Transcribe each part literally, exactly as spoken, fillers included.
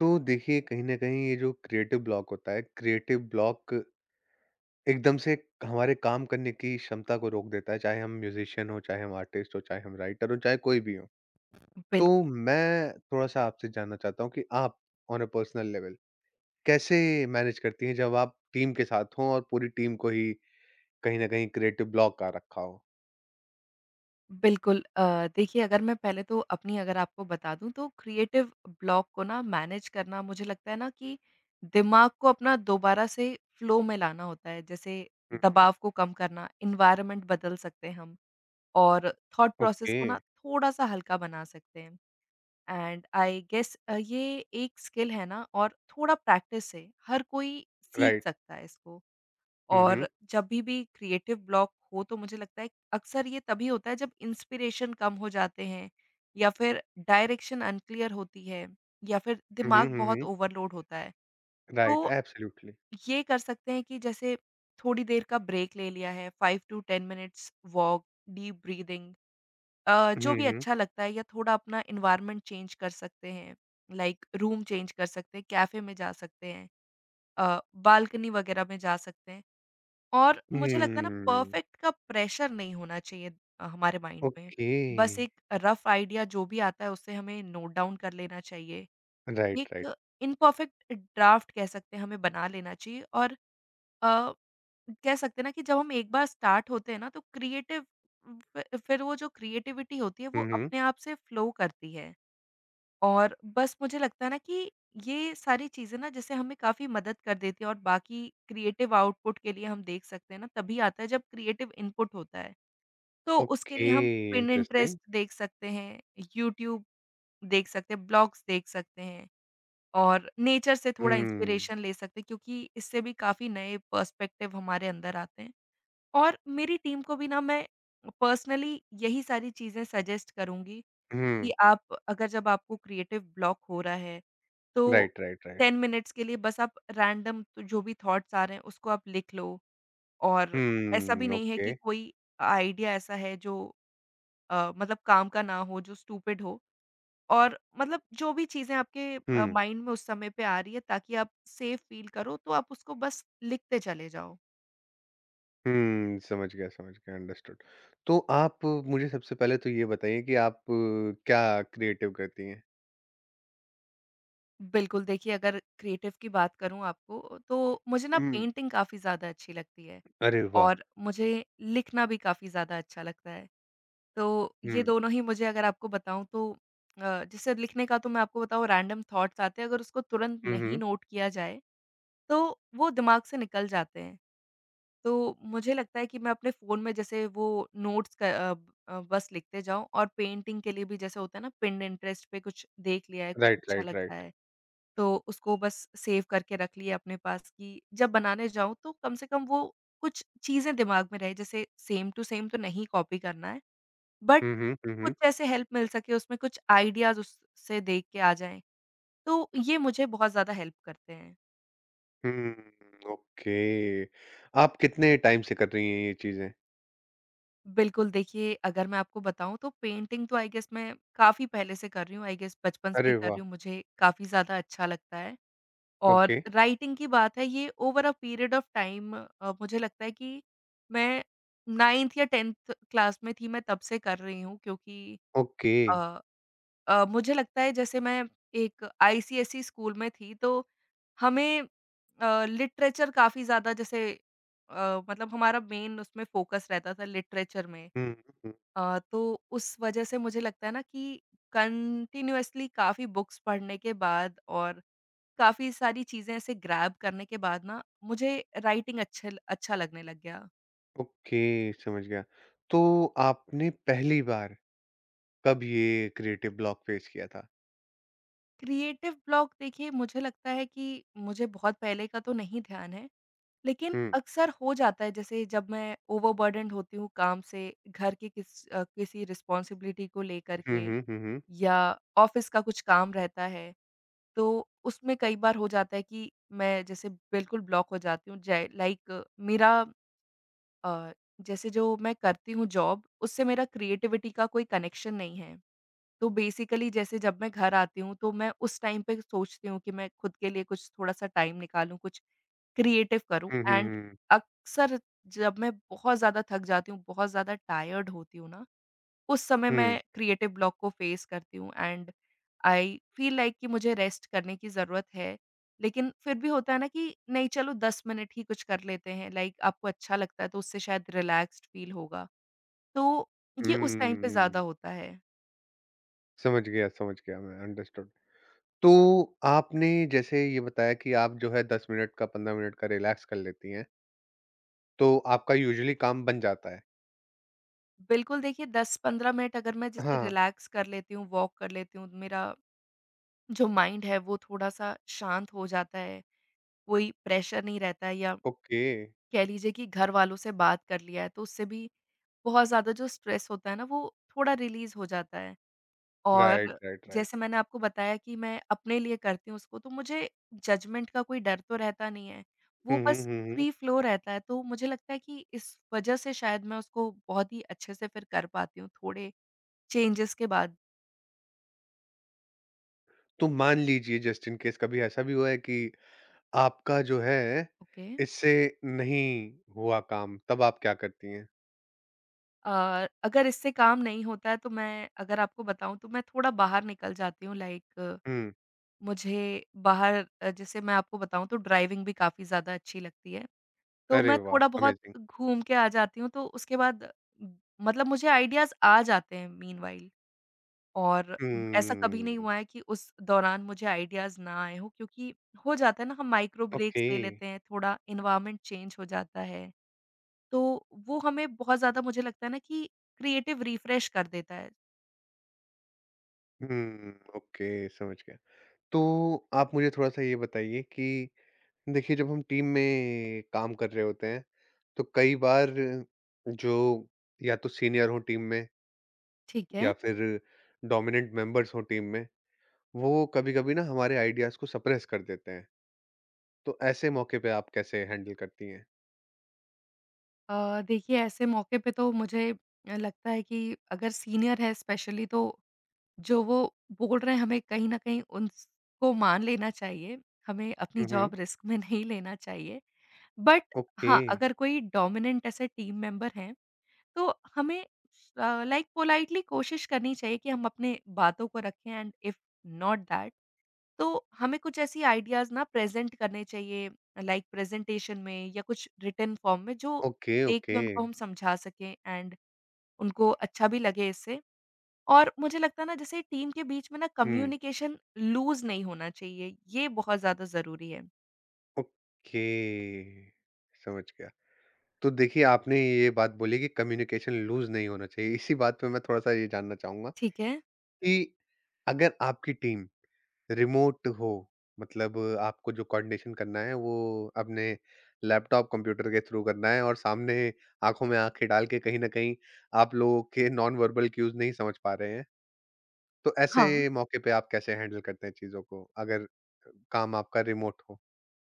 तो देखिए, कहीं न कहीं ये जो क्रिएटिव ब्लॉक होता है, क्रिएटिव ब्लॉक एकदम से हमारे काम करने की क्षमता को रोक देता है, चाहे हम म्यूज़िशियन हो, चाहे हम आर्टिस्ट हो, चाहे हम राइटर हो, चाहे कोई भी हो। तो बिल्कुल, मैं थोड़ा-सा आपसे जानना चाहता हूँ कि आप ऑन अ पर्सनल लेवल कैसे मैनेज करती हैं जब आप टीम के साथ हों और पूरी टीम को ही कहीं न कहीं क्रिएटिव ब्लॉक आ रखा हो? बिल्कुल। अ, देखिए, अगर मैं पहले तो अपनी अगर आपको बता दूँ तो क्रिएटिव ब्लॉक को ना मैनेज करना, मुझे लगता है ना कि दिमाग को अपना दोबारा से फ्लो में लाना होता है। जैसे हुँ, हुँ। दबाव को कम करना, एनवायरनमेंट बदल सकते हैं हम, और थॉट प्रोसेस ओके, को ना थोड़ा-सा हल्का बना सकते हैं। एंड आई गेस, अ, ये एक स्किल है ना, और थोड़ा प्रैक्टिस से हर कोई सीख राइट। सकता है इसको। हुँ, हुँ। और जभी भी भी क्रिएटिव ब्लॉक हो तो मुझे लगता है अक्सर ये तभी होता है जब इंस्पिरेशन कम हो जाते हैं, या फिर डायरेक्शन अनक्लियर होती है, या फिर हुँ, हुँ, दिमाग हुँ, बहुत हुँ। ओवरलोड होता है। राइट, तो एब्सोल्युटली। ये कर सकते हैं कि जैसे थोड़ी देर का ब्रेक ले लिया है, five to ten minutes walk, deep breathing, uh, जो हुँ, भी हुँ। अच्छा लगता है, या थोड़ा अपना एनवायरनमेंट चेंज कर सकते हैं। लाइक रूम चेंज कर सकते हैं, कैफ़े में जा सकते हैं, अ, बालकनी वगैरह में जा सकते हैं। और मुझे लगता है ना, हुँ, परफेक्ट का प्रेशर नहीं होना चाहिए अ, हमारे माइंड में। ओके, बस एक रफ़ आइडिया जो भी आता है उसे हमें नोट डाउन कर लेना चाहिए। Right, right. एक इम्परफेक्ट ड्राफ्ट कह सकते हैं, हमें बना लेना चाहिए, और अ, कह सकते हैं ना कि जब हम एक बार स्टार्ट होते हैं ना, तो क्रिएटिव फ़ि फिर वो जो क्रिएटिविटी होती है वो हुँ, हुँ। अपने आप से फ्लो करती है। और बस मुझे लगता है ना कि ये सारी चीज़ें ना, जैसे हमें काफ़ी मदद कर देती है, और बाकी क्रिएटिव आउटपुट के लिए हम देख सकते हैं ना, तभी आता है जब क्रिएटिव इनपुट होता है। तो उसके लिए ओके, हम पिनिंटरेस्ट इंटरेस्टिंग। देख सकते हैं, यूट्यूब देख सकते हैं, ब्लॉग्स देख सकते हैं, और नेचर से थोड़ा हुँ, इंस्पिरेशन ले सकते हैं, क्योंकि इससे भी काफ़ी नए पर्सपेक्टिव हमारे अंदर आते हैं। और मेरी टीम को भी ना, मैं पर्सनली यही सारी चीज़ें सजेस्ट करूँगी कि हुँ। आप, अगर जब आपको क्रिएटिव ब्लॉक हो रहा है, तो right, right, right. Ten minutes के लिए बस आप रैंडम, तो जो भी थॉट्स आ रहे हैं उसको आप लिख लो। और ऐसा भी हुँ, नहीं है ओके। कि कोई आइडिया ऐसा है जो अ, मतलब काम का ना हो, जो स्टूपिड हो, और मतलब जो भी चीज़ें आपके अ, हुँ, माइंड में उस समय पे आ रही है, ताकि आप सेफ फ़ील करो, तो आप उसको बस लिखते चले जाओ। हुँ। समझ गया, समझ गया, अंडरस्टूड। तो आप मुझे सबसे पहले तो ये बताइए कि आप अ, क्या क्रिएटिव करती हैं? बिल्कुल, देखिए अगर क्रिएटिव की बात करूँ आपको तो मुझे ना, हुँ। पेंटिंग काफ़ी ज़्यादा अच्छी लगती है, अरे वाह! और मुझे लिखना भी काफ़ी ज़्यादा अच्छा लगता है। तो ये हुँ, दोनों ही मुझे, अगर आपको बताऊँ तो अ, जैसे लिखने का तो मैं आपको बताऊँ, रैंडम थॉट्स आते हैं, अगर उसको तुरंत हुँ, नहीं हुँ। नोट किया जाए, तो वो दिमाग से निकल जाते हैं। तो मुझे लगता है कि मैं अपने फ़ोन में जैसे वो नोट्स क अ, ब- अ, बस लिखते जाऊँ। और पेंटिंग के लिए भी जैसे होता है ना, पिनिंटरेस्ट पे कुछ देख लिया है, कुछ राइट, अच्छा राइट, लग रहा राइट। है, तो उसको बस सेव करके रख लिया अपने पास, कि जब बनाने जाऊँ तो कम से कम वो कुछ चीज़ें दिमाग में रहे। जैसे सेम टू सेम तो नहीं कॉपी करना है, बट हुँ, हुँ, हुँ, कुछ हुँ। ऐसे हेल्प मिल सके उसमें, कुछ आइडियाज़ उससे देख के आ जाएँ, तो ये मुझे बहुत ज़्यादा हेल्प करते हैं। Hmm, okay. आप कितने टाइम से कर रही हैं ये चीज़ें? बिल्कुल, देखिए अगर मैं आपको बताऊँ तो पेंटिंग तो आई गेस मैं काफ़ी पहले से कर रही हूँ, आई गेस बचपन से ही अरे कर वाह! रही हूँ, मुझे काफ़ी ज़्यादा अच्छा लगता है। ओके, और राइटिंग की बात है, ये over a period of time, uh, मुझे लगता है कि मैं नाइन्थ या टेन्थ क्लास में थी, मैं तब से कर रही हूँ, क्योंकि ओके। अ अ, मुझे लगता है जैसे मैं एक आईसीएसई स्कूल में थी, तो हमें अ, लिटरेचर काफ़ी ज़्यादा जैसे, अ, मतलब हमारा मेन उसमें फोकस रहता था, लिटरेचर में। हुँ, हुँ। अ, तो उस वजह से मुझे लगता है ना कि कंटिन्यूअसली काफ़ी बुक्स पढ़ने के बाद, और काफ़ी सारी चीज़ें ऐसे ग्रैब करने के बाद ना, मुझे राइटिंग अच्छे अच्छा लगने लग गया। ओके, समझ गया। तो आपने पहली बार कब ये क्रिएटिव ब्लॉक फेस किया था? क्रिएटिव ब्लॉक देखिए, मुझे लगता है कि मुझे बहुत पहले का तो नहीं ध्यान है। लेकिन हुँ। अक्सर हो जाता है, जैसे जब मैं ओवरबर्डन्ड होती हूँ काम से, घर की किस अ, किसी रिस्पॉन्सिबिलिटी को लेकर हुँ, के, हुँ, हुँ, हुँ। या ऑफ़िस का कुछ काम रहता है, तो उसमें कई बार हो जाता है कि मैं जैसे बिल्कुल ब्लॉक हो जाती हूँ। जै लाइक मेरा, अ, जैसे जो मैं करती हूँ जॉब, उससे मेरा क्रिएटिविटी का कोई कनेक्शन नहीं है। तो बेसिकली जैसे जब मैं घर आती हूँ, तो मैं उस टाइम पे सोचती हूँ कि मैं खुद के लिए कुछ थोड़ा-सा टाइम निकालूँ, कुछ क्रिएटिव करूँ। Hmm, hmm, and hmm. अक्सर जब मैं बहुत ज़्यादा थक जाती हूँ, बहुत ज़्यादा टायर्ड होती हूँ ना, उस समय हुँ, मैं क्रिएटिव ब्लॉक को फेस करती हूँ, एंड आई फील लाइक कि मुझे रेस्ट करने की ज़रूरत है। लेकिन फिर भी होता है ना कि नहीं, चलो दस मिनट ही कुछ कर लेते हैं, लाइक आपको अच्छा लगता है तो उससे शायद रिलैक्स्ड फील होगा। तो ये उस टाइम पे ज़्यादा हुँ। होता है। समझ गया, समझ गया मैं, अंडरस्टूड। तो आपने जैसे ये बताया कि आप जो है दस मिनट का, पंद्रह मिनट का रिलैक्स कर लेती हैं, तो आपका यूजुअली काम बन जाता है। बिल्कुल, देखिए दस से पंद्रह मिनट अगर मैं जैसे हाँ, रिलैक्स कर लेती हूँ, वॉक कर लेती हूँ, मेरा जो माइंड है वो थोड़ा-सा शांत हो जाता है, कोई प्रेशर नहीं रहता है, या ओके। कह लीजिए कि घर वालों से बात कर लिया है, तो उससे भी बहुत ज़्यादा जो स्ट्रेस होता है ना, वो थोड़ा रिलीज़ हो जाता है। राइट, और राइट, जैसे राइट। मैंने आपको बताया कि मैं अपने लिए करती हूँ उसको, तो मुझे जजमेंट का कोई डर तो रहता नहीं है, हुँ, वो हुँ, बस हुँ, हुँ। फ्री फ्लो रहता है, तो मुझे लगता है कि इस वजह से शायद मैं उसको बहुत ही अच्छे से फिर कर पाती हूँ, थोड़े चेंजेस के बाद। तो मान लीजिए जस्ट इन केस कभी ऐसा भी हुआ है कि आपका जो है, ओके। इससे नहीं हुआ काम, तब आप क्या करती हैं? अ, अगर इससे काम नहीं होता है, तो मैं अगर आपको बताऊँ, तो मैं थोड़ा बाहर निकल जाती हूँ, लाइक हुँ, मुझे बाहर, अ, जैसे मैं आपको बताऊँ तो ड्राइविंग भी काफ़ी ज़्यादा अच्छी लगती है। तो अरे मैं वाह! थोड़ा बहुत अमेज़िंग। घूम के आ जाती हूँ, तो उसके बाद म, मतलब मुझे आइडियाज़ आ जाते हैं मीनव्हाइल, और ऐसा कभी नहीं हुँ, हुआ है कि उस दौरान मुझे आइडियाज़ ना आए हों, क्योंकि हो जाता है ना, हम माइक्रो ओके। ब्रेक्स ले लेते हैं, थोड़ा एनवायरनमेंट चेंज हो जाता है। तो वो हमें बहुत ज़्यादा, मुझे लगता है ना कि, क्रिएटिव रिफ्रेश कर देता है। हुँ, ओके, समझ गया। तो आप मुझे थोड़ा-सा ये बताइए कि देखिए, जब हम टीम में काम कर रहे होते हैं, तो कई बार जो या तो सीनियर हों टीम में ठीक है। या फिर डोमिनेंट मेंबर्स हों टीम में, वो कभी-कभी ना हमारे आइडियाज़ को सप्रेस कर देते हैं। तो ऐसे मौके पे आप कैसे हैंडल करती हैं? अ, देखिए, ऐसे मौके पे तो मुझे अ, लगता है कि अगर सीनियर है स्पेशली, तो जो वो बोल रहे हैं हमें कहीं न कहीं उनको मान लेना चाहिए। हमें अपनी हुँ, हुँ। जॉब रिस्क में नहीं लेना चाहिए। बट ओके, हाँ, अगर कोई डोमिनेंट ऐसे टीम मेंबर हैं, तो हमें अ, लाइक पोलाइटली कोशिश करनी चाहिए कि हम अपने बातों को रखें। एंड इफ नॉट दैट, तो हमें कुछ ऐसी आइडियाज़ ना प्रेज़ेंट करने चाहिए, लाइक प्रेज़ेंटेशन में या कुछ रिटन फ़ॉर्म में, जो ओके, देख ओके। के उनको हम समझा सकें, एंड उनको अच्छा भी लगे इससे। और मुझे लगता है ना, जैसे टीम के बीच में ना, हुँ, कम्युनिकेशन लूज़ नहीं होना चाहिए, ये बहुत ज़्यादा ज़रूरी है। ओके, समझ गया। तो देखिए, आपने ये बात बोली कि कम्युनिकेशन लूज़ नहीं होना चाहिए। इसी बात पे मैं थोड़ा-सा ये जानना चाहूँगा ठीक है। कि अगर आपकी टीम रिमोट हो, मतलब आपको जो कोऑर्डिनेशन करना है, वो अपने लैपटॉप, कंप्यूटर के थ्रू करना है और सामने आँखों में आँखें डाल के कहीं न कहीं आप लोगों के नॉन वर्बल क्यूज़ नहीं समझ पा रहे हैं। तो ऐसे हाँ, मौके पे आप कैसे हैंडल करते हैं चीज़ों को, अगर काम आपका रिमोट हो?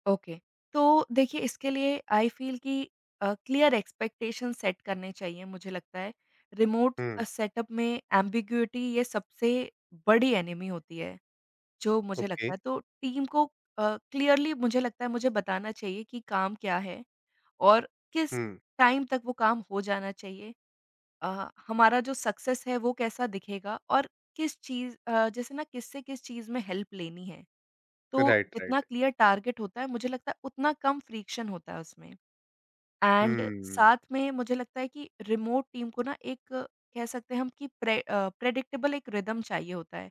ओके। तो देखिए, इसके लिए आई फ़ील कि अ, क्लियर एक्सपेक्टेशन सेट करने चाहिए, मुझे लगता है। रिमोट अ, हुँ, सेटअप में एम्बिग्यूइटी ये सबसे बड़ी एनिमी होती है। जो मुझे ओके। लगता है, तो टीम को अ, क्लियरली मुझे लगता है मुझे बताना चाहिए कि काम क्या है, और किस हुँ, टाइम तक वो काम हो जाना चाहिए। अ, हमारा जो सक्सेस है वो कैसा दिखेगा, और किस चीज़, अ, जैसे ना, किससे किस चीज़ में हेल्प लेनी है। तो राइट, जितना राइट। क्लियर टारगेट होता है, मुझे लगता है उतना कम फ्रिक्शन होता है उसमें। एंड हुँ, साथ में मुझे लगता है कि रिमोट टीम को ना, एक अ, कह सकते हैं हम कि प्रे अ, प्रेडिक्टेबल एक रिदम चाहिए होता है।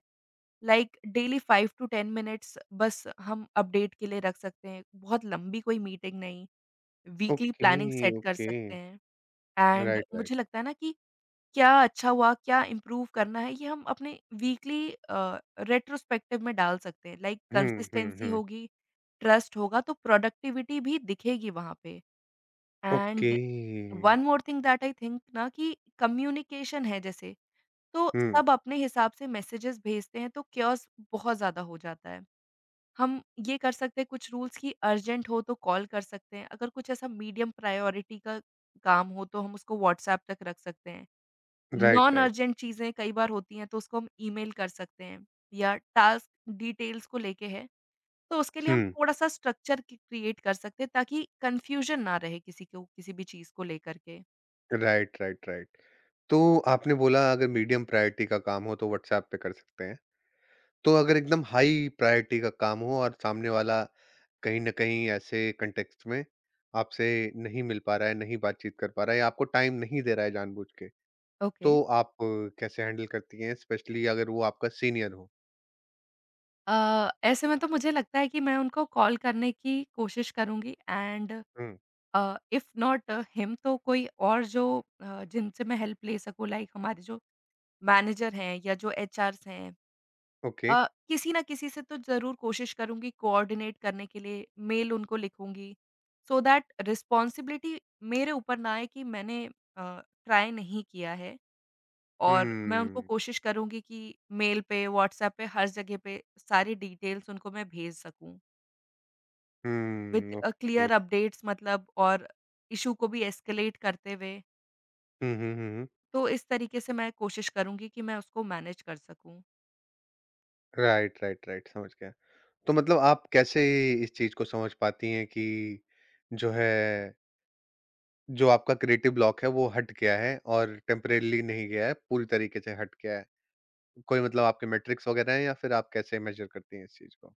Like daily five to ten minutes बस हम अपडेट के लिए रख सकते हैं। बहुत लंबी कोई मीटिंग नहीं, वीकली ओके, प्लानिंग सेट कर ओके। सकते हैं। एंड राइट, मुझे राइट। लगता है ना कि क्या अच्छा हुआ, क्या इम्प्रूव करना है, ये हम अपने वीकली अ, रेट्रोस्पेक्टिव में डाल सकते हैं। Like hmm, hmm, consistency hmm. होगी, ट्रस्ट होगा, तो प्रोडक्टिविटी भी दिखेगी वहाँ पे। Okay. And one more thing that I think ना, कि कम्युनिकेशन है जैसे, तो हुँ, सब अपने हिसाब से मैसेजेस भेजते हैं, तो chaos बहुत ज़्यादा हो जाता है। हम ये कर सकते हैं कुछ रूल्स, कि अर्जेंट हो तो कॉल कर सकते हैं, अगर कुछ ऐसा मीडियम प्रायोरिटी का काम हो तो हम उसको व्हाट्सएप तक रख सकते हैं। Right, non right. अर्जेंट चीज़ें कई बार होती हैं, तो उसको हम ईमेल कर सकते हैं, या टास्क डिटेल्स को लेके है, तो उसके लिए हुँ, हम थोड़ा-सा स्ट्रक्चर क क्रिएट कर सकते हैं ताकि कन्फ्यूजन ना रहे, किसी को किसी भी चीज़ को लेकर के। Right, right, right. तो आपने बोला अगर मीडियम प्रायोरिटी का काम हो तो व्हाट्सऐप पे कर सकते हैं। तो अगर एकदम हाई प्रायोरिटी का काम हो और सामने वाला कहीं न कहीं ऐसे कॉन्टेक्स्ट में आपसे नहीं मिल पा रहा है, नहीं बातचीत कर पा रहा है या आपको टाइम नहीं दे रहा है जानबूझ के, ओके। तो आप अ, कैसे हैंडल करती हैं? स्पेशली अगर वो आपका सीनियर हो? अ, ऐसे में तो मुझे लगता है कि मैं उनको कॉल करने की कोशिश करूँगी। And hmm, uh, if not him, तो कोई और जो अ, जिनसे मैं हेल्प ले सकूँ, लाइक हमारे जो मैनेजर हैं या जो एचआर्स हैं, ओके। अ, किसी ना किसी से तो ज़रूर कोशिश करूँगी कोऑर्डिनेट करने के लिए, मेल उनको लिखूँगी सो दैट रिस्पॉन्सिबिलिटी मेरे ऊपर ना आए कि मैंने अ, ट्राई नहीं किया है। और मैं उनको हुँ, कोशिश करूँगी कि मेल पे, व्हाट्सएप पे, हर जगह पे सारी डिटेल्स उनको मैं भेज सकूँ with hmm, uh, okay. Clear updates मतलब, और इशू को भी एस्केलेट करते हुए। हुँ, हुँ, हुँ, हुँ। तो इस तरीके से मैं कोशिश करूँगी कि मैं उसको मैनेज कर सकूँ। राइट, राइट, राइट समझ गया। तो मतलब आप कैसे इस चीज़ को समझ पाती हैं कि जो है, जो आपका क्रिएटिव ब्लॉक है वो हट गया है और टेम्परेरीली नहीं गया है, पूरी तरीके से हट गया है? कोई मतलब आपके मैट्रिक्स वगैरह हैं या फिर आप कैसे मेज़र करती हैं इस चीज़ को?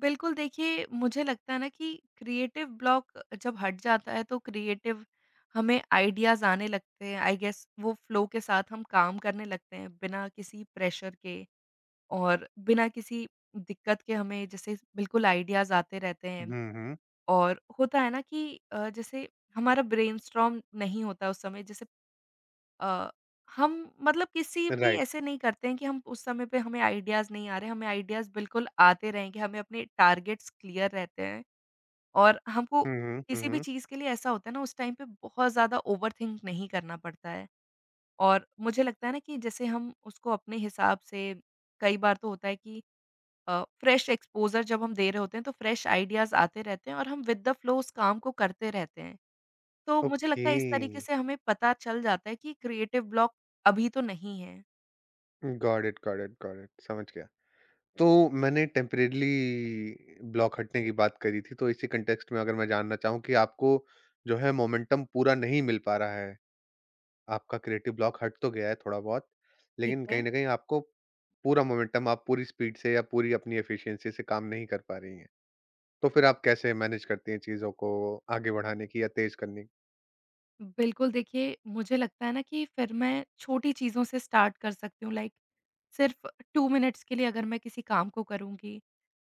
बिल्कुल, देखिए मुझे लगता है ना कि क्रिएटिव ब्लॉक जब हट जाता है तो क्रिएटिव हमें आइडियाज़ आने लगते हैं, आई गेस वो फ्लो के साथ हम काम करने लगते हैं बिना किसी प्रेशर के और बिना किसी दिक्कत के। हमें जैसे बिल्कुल आइडियाज़ आते रहते हैं। हुँ, हुँ, और होता है ना कि अ, जैसे हमारा ब्रेनस्टॉर्म नहीं होता उस समय। जैसे अ, हम मतलब किसी भी ऐसे राइट। नहीं करते हैं कि हम उस समय पे हमें आइडियाज़ नहीं आ रहे, हमें आइडियाज़ बिल्कुल आते रहेंगे, हमें अपने टारगेट्स क्लियर रहते हैं। और हमको हुँ, हुँ, हुँ, किसी भी हुँ। चीज़ के लिए ऐसा होता है ना, उस टाइम पे बहुत ज़्यादा ओवरथिंक नहीं करना पड़ता है। और मुझे लगता है ना कि जैसे हम उसको अपने हिसाब से, कई बार तो होता है कि अ, फ्रेश एक्सपोज़र जब हम दे रहे होते हैं तो फ्रेश आइडियाज़ आते रहते हैं, और हम विद द फ्लो उस काम को करते रहते हैं। तो मुझे ओके। लगता है इस तरीके से हमें पता चल जाता है कि क्रिएटिव ब्लॉक अभी तो नहीं है। Got it, got it, got it समझ गया। तो मैंने टेम्परेरीली ब्लॉक हटने की बात करी थी, तो इसी कॉन्टेक्स्ट में अगर मैं जानना चाहूँ कि आपको जो है मोमेंटम पूरा नहीं मिल पा रहा है, आपका क्रिएटिव ब्लॉक हट तो गया है थोड़ा-बहुत, ठीक लेकिन कहीं है। न कहीं आपको पूरा मोमेंटम आप पूरी स्पीड से या पूरी अपनी एफिशिएंसी से काम नहीं कर पा रही हैं। तो फिर आप कैसे मैनेज करती हैं चीज़ों को आगे बढ़ाने की या तेज़ करने की? बिल्कुल, देखिए मुझे लगता है ना कि फिर मैं छोटी चीज़ों से स्टार्ट कर सकती हूँ। लाइक सिर्फ़ टू मिनट्स के लिए अगर मैं किसी काम को करूँगी,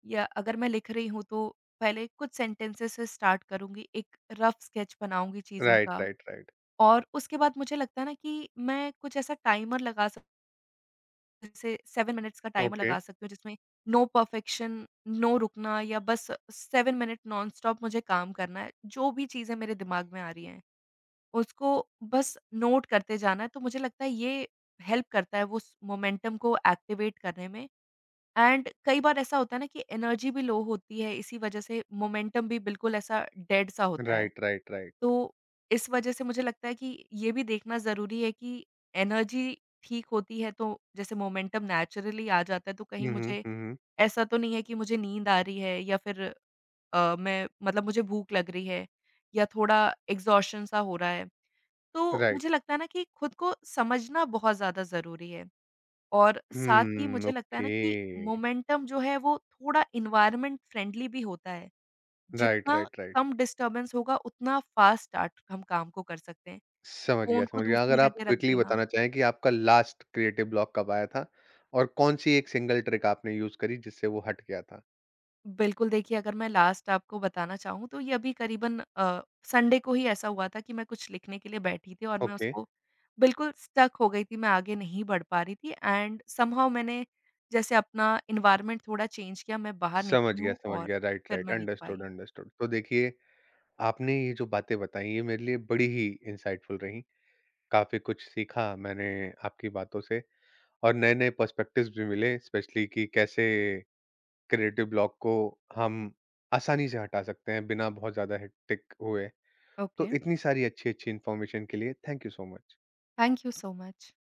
या अगर मैं लिख रही हूँ, तो पहले कुछ सेंटेंसेस से स्टार्ट करूँगी, एक रफ़ स्केच बनाऊँगी चीज़ों राइट, का। Right, right. और उसके बाद मुझे लगता है ना कि मैं कुछ ऐसा टाइमर लगा सक, जैसे सेवन मिनट्स का टाइमर ओके। लगा सकती हूँ जिसमें नो परफेक्शन, नो रुकना, या बस सेवन मिनट नॉनस्टॉप मुझे काम करना है। जो भी चीज़ें मेरे दिमाग में आ रही हैं, उसको बस नोट करते जाना है। तो मुझे लगता है ये हेल्प करता है उस मोमेंटम को एक्टिवेट करने में। एंड कई बार ऐसा होता है ना कि एनर्जी भी लो होती है, इसी वजह से मोमेंटम भी बिल्कुल ऐसा डेड सा होता है। Right, right, right. तो इस वजह से मुझे लगता है कि ये भी देखना ज़रूरी है कि एनर्जी ठीक होती है तो जैसे मोमेंटम नेचुरली आ जाता है। तो हुँ, कहीं हुँ, मुझे हुँ, हुँ। ऐसा तो नहीं है कि मुझे नींद आ रही है, या फिर अ, मैं मतलब मुझे भूख लग रही है, या थोड़ा एग्ज़ॉशन सा हो रहा है। तो मुझे राइट। लगता है ना कि खुद को समझना बहुत ज़्यादा ज़रूरी है। और साथ ही हुँ, मुझे लगता है ओके। ना कि मोमेंटम जो है वो थोड़ा एनवायरनमेंट फ्रेंडली भी होता है। राइट, जितना राइट, राइट। कम डिस्टर्बेंस होगा उतना फ़ास्ट स्टार्ट हम काम को कर सकते हैं। समझ गया, फ़ोन को समझ गया। दूसरी अगर आप जगह रख क्विकली देना। बताना चाहें कि आपका लास्ट क्रिएटिव ब्लॉक कब आया था? और कौन-सी एक सिंगल ट्रिक आपने यूज़ करी जिससे वो हट गया था? बिल्कुल, देखिए अगर मैं लास्ट आपको बताना चाहूँ तो ये अभी करीबन अ, संडे को ही ऐसा हुआ था कि मैं कुछ लिखने के लिए बैठी थी और मैं ओके, उसको बिल्कुल स्टक हो गई थी, मैं आगे नहीं बढ़ पा रही थी। एंड समहाउ मैंने जैसे अपना एनवायरनमेंट थोड़ा चेंज किया, मैं बाहर समझ निकली गया, हूँ समझ और गया। राइट, फिर राइट। मैं लिख अंडरस्टूड, पाई। अंडरस्टूड। तो देखिए, आपने ये जो बातें बताई ये मेरे लिए बड़ी ही इंसाइटफुल रहीं। काफ़ी कुछ सीखा मैंने आपकी बातों से और नए-नए पर्सपेक्टिव्स भी मिले स्पेशली कि कैसे क्रिएटिव ब्लॉक को हम आसानी से हटा सकते हैं बिना बहुत ज़्यादा हेक्टिक हुए। तो ओके, इतनी सारी अच्छी-अच्छी इन्फॉर्मेशन के लिए thank you so much. Thank you so much.